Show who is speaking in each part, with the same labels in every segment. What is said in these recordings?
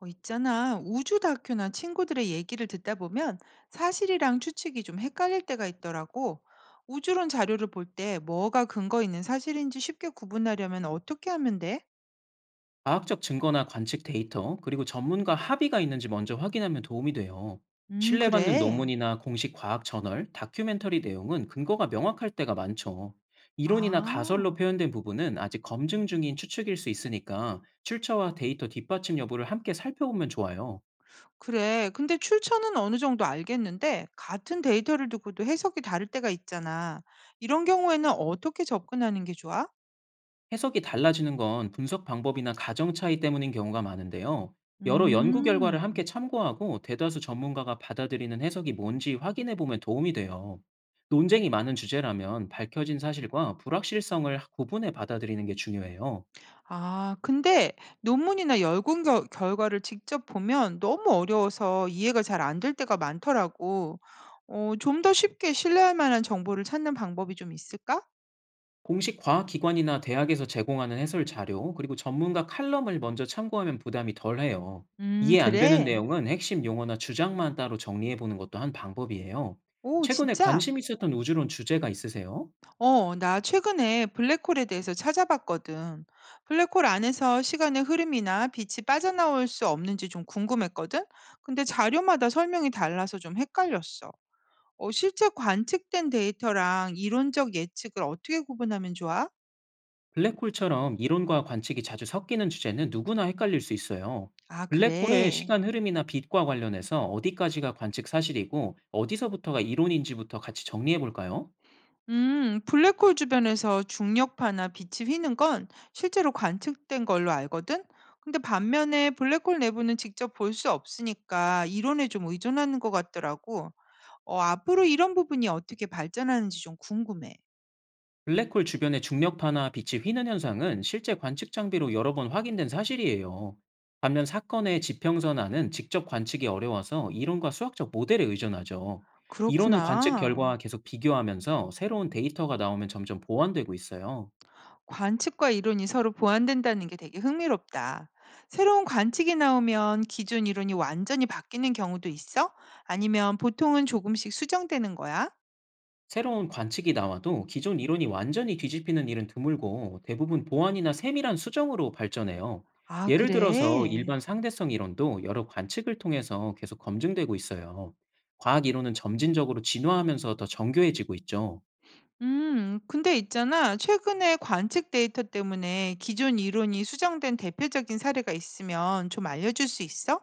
Speaker 1: 있잖아. 우주 다큐나 친구들의 얘기를 듣다 보면 사실이랑 추측이 좀 헷갈릴 때가 있더라고. 우주론 자료를 볼 때 뭐가 근거 있는 사실인지 쉽게 구분하려면 어떻게 하면 돼?
Speaker 2: 과학적 증거나 관측 데이터, 그리고 전문가 합의가 있는지 먼저 확인하면 도움이 돼요. 신뢰받는
Speaker 1: 그래.
Speaker 2: 논문이나 공식 과학 저널, 다큐멘터리 내용은 근거가 명확할 때가 많죠. 이론이나 가설로
Speaker 1: 아,
Speaker 2: 표현된 부분은 아직 검증 중인 추측일 수 있으니까 출처와 데이터 뒷받침 여부를 함께 살펴보면 좋아요.
Speaker 1: 그래. 근데 출처는 어느 정도 알겠는데 같은 데이터를 두고도 해석이 다를 때가 있잖아. 이런 경우에는 어떻게 접근하는 게 좋아?
Speaker 2: 해석이 달라지는 건 분석 방법이나 가정 차이 때문인 경우가 많은데요. 여러 연구 결과를 함께
Speaker 1: 음.
Speaker 2: 참고하고 대다수 전문가가 받아들이는 해석이 뭔지 확인해 보면 도움이 돼요. 논쟁이 많은 주제라면 밝혀진 사실과 불확실성을 구분해 받아들이는 게 중요해요.
Speaker 1: 아 근데 논문이나 연구 결 결과를 직접 보면 너무 어려워서 이해가 잘 안 될 때가 많더라고. 어 좀 더 쉽게 신뢰할 만한 정보를 찾는 방법이 좀 있을까?
Speaker 2: 공식 과학기관이나 대학에서 제공하는 해설 자료, 그리고 전문가 칼럼을 먼저 참고하면 부담이 덜 해요. 이해 안 되는
Speaker 1: 그래?
Speaker 2: 내용은 핵심 용어나 주장만 따로 정리해 보는 것도 한 방법이에요.
Speaker 1: 오
Speaker 2: 최근에
Speaker 1: 진짜?
Speaker 2: 관심 있었던 우주론 주제가 있으세요?
Speaker 1: 어 나 최근에 블랙홀에 대해서 찾아봤거든. 블랙홀 안에서 시간의 흐름이나 빛이 빠져나올 수 없는지 좀 궁금했거든? 근데 자료마다 설명이 달라서 좀 헷갈렸어. 어 실제 관측된 데이터랑 이론적 예측을 어떻게 구분하면 좋아?
Speaker 2: 블랙홀처럼 이론과 관측이 자주 섞이는 주제는 누구나 헷갈릴 수 있어요.
Speaker 1: 아,
Speaker 2: 블랙홀의
Speaker 1: 그래.
Speaker 2: 시간 흐름이나 빛과 관련해서 어디까지가 관측 사실이고 어디서부터가 이론인지부터 같이 정리해 볼까요?
Speaker 1: 블랙홀 주변에서 중력파나 빛이 휘는 건 실제로 관측된 걸로 알거든? 근데 반면에 블랙홀 내부는 직접 볼 수 없으니까 이론에 좀 의존하는 것 같더라고. 어, 앞으로 이런 부분이 어떻게 발전하는지 좀 궁금해.
Speaker 2: 블랙홀 주변의 중력파나 빛이 휘는 현상은 실제 관측 장비로 여러 번 확인된 사실이에요. 반면 사건의 지평선안은 직접 관측이 어려워서 이론과 수학적 모델에 의존하죠. 이론은 관측
Speaker 1: 그렇구나.
Speaker 2: 결과와 계속 비교하면서 새로운 데이터가 나오면 점점 보완되고 있어요.
Speaker 1: 관측과 이론이 서로 보완된다는 게 되게 흥미롭다. 새로운 관측이 나오면 기존 이론이 완전히 바뀌는 경우도 있어? 아니면 보통은 조금씩 수정되는 거야?
Speaker 2: 새로운 관측이 나와도 기존 이론이 완전히 뒤집히는 일은 드물고, 대부분 보완이나 세밀한 수정으로 발전해요.
Speaker 1: 아,
Speaker 2: 예를 들어서
Speaker 1: 그래.
Speaker 2: 일반 상대성 이론도 여러 관측을 통해서 계속 검증되고 있어요. 과학 이론은 점진적으로 진화하면서 더 정교해지고 있죠.
Speaker 1: 근데 있잖아. 최근에 관측 데이터 때문에 기존 이론이 수정된 대표적인 사례가 있으면 좀 알려줄 수 있어?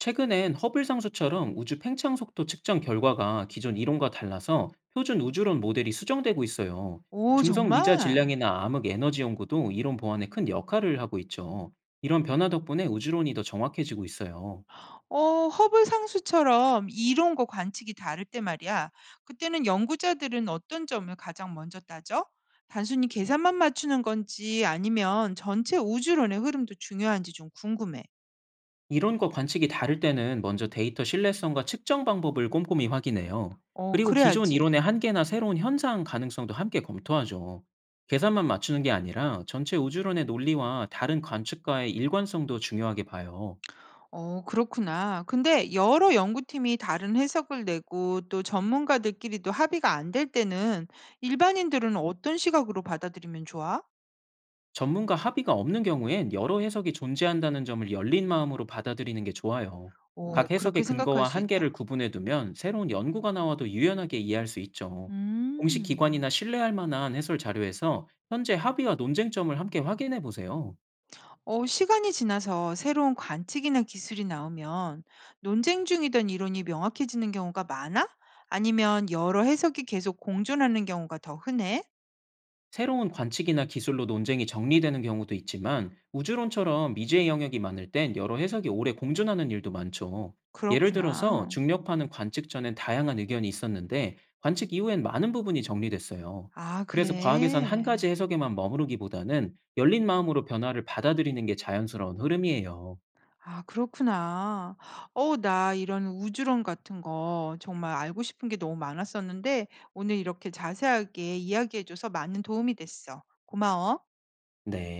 Speaker 2: 최근엔 허블 상수처럼 우주 팽창 속도 측정 결과가 기존 이론과 달라서 표준 우주론 모델이 수정되고 있어요.
Speaker 1: 오,
Speaker 2: 중성 미자
Speaker 1: 정말?
Speaker 2: 질량이나 암흑 에너지 연구도 이론 보완에 큰 역할을 하고 있죠. 이런 변화 덕분에 우주론이 더 정확해지고 있어요.
Speaker 1: 어 허블 상수처럼 이론과 관측이 다를 때 말이야. 그때는 연구자들은 어떤 점을 가장 먼저 따져? 단순히 계산만 맞추는 건지 아니면 전체 우주론의 흐름도 중요한지 좀 궁금해.
Speaker 2: 이론과 관측이 다를 때는 먼저 데이터 신뢰성과 측정 방법을 꼼꼼히 확인해요.
Speaker 1: 어,
Speaker 2: 그리고 기존
Speaker 1: 그래야지.
Speaker 2: 이론의 한계나 새로운 현상 가능성도 함께 검토하죠. 계산만 맞추는 게 아니라 전체 우주론의 논리와 다른 관측과의 일관성도 중요하게 봐요.
Speaker 1: 어, 그렇구나. 근데 여러 연구팀이 다른 해석을 내고 또 전문가들끼리도 합의가 안 될 때는 일반인들은 어떤 시각으로 받아들이면 좋아?
Speaker 2: 전문가 합의가 없는 경우엔 여러 해석이 존재한다는 점을 열린 마음으로 받아들이는 게 좋아요.
Speaker 1: 오,
Speaker 2: 각
Speaker 1: 그렇게
Speaker 2: 해석의
Speaker 1: 생각할
Speaker 2: 근거와
Speaker 1: 수
Speaker 2: 한계를
Speaker 1: 있다.
Speaker 2: 구분해 두면 새로운 연구가 나와도 유연하게 이해할 수 있죠. 공식
Speaker 1: 음.
Speaker 2: 기관이나 신뢰할 만한 해설 자료에서 현재 합의와 논쟁점을 함께 확인해 보세요.
Speaker 1: 어, 시간이 지나서 새로운 관측이나 기술이 나오면 논쟁 중이던 이론이 명확해지는 경우가 많아? 아니면 여러 해석이 계속 공존하는 경우가 더 흔해?
Speaker 2: 새로운 관측이나 기술로 논쟁이 정리되는 경우도 있지만, 우주론처럼 미지의 영역이 많을 땐 여러 해석이 오래 공존하는 일도 많죠. 예를 들어서
Speaker 1: 그렇구나.
Speaker 2: 중력파는 관측 전엔 다양한 의견이 있었는데, 관측 이후엔 많은 부분이 정리됐어요.
Speaker 1: 아,
Speaker 2: 그래서 과학에선 한 가지
Speaker 1: 그래.
Speaker 2: 해석에만 머무르기보다는 열린 마음으로 변화를 받아들이는 게 자연스러운 흐름이에요.
Speaker 1: 아, 그렇구나. 어, 나 이런 우주론 같은 거 정말 알고 싶은 게 너무 많았었는데 오늘 이렇게 자세하게 이야기해줘서 많은 도움이 됐어. 고마워.
Speaker 2: 네.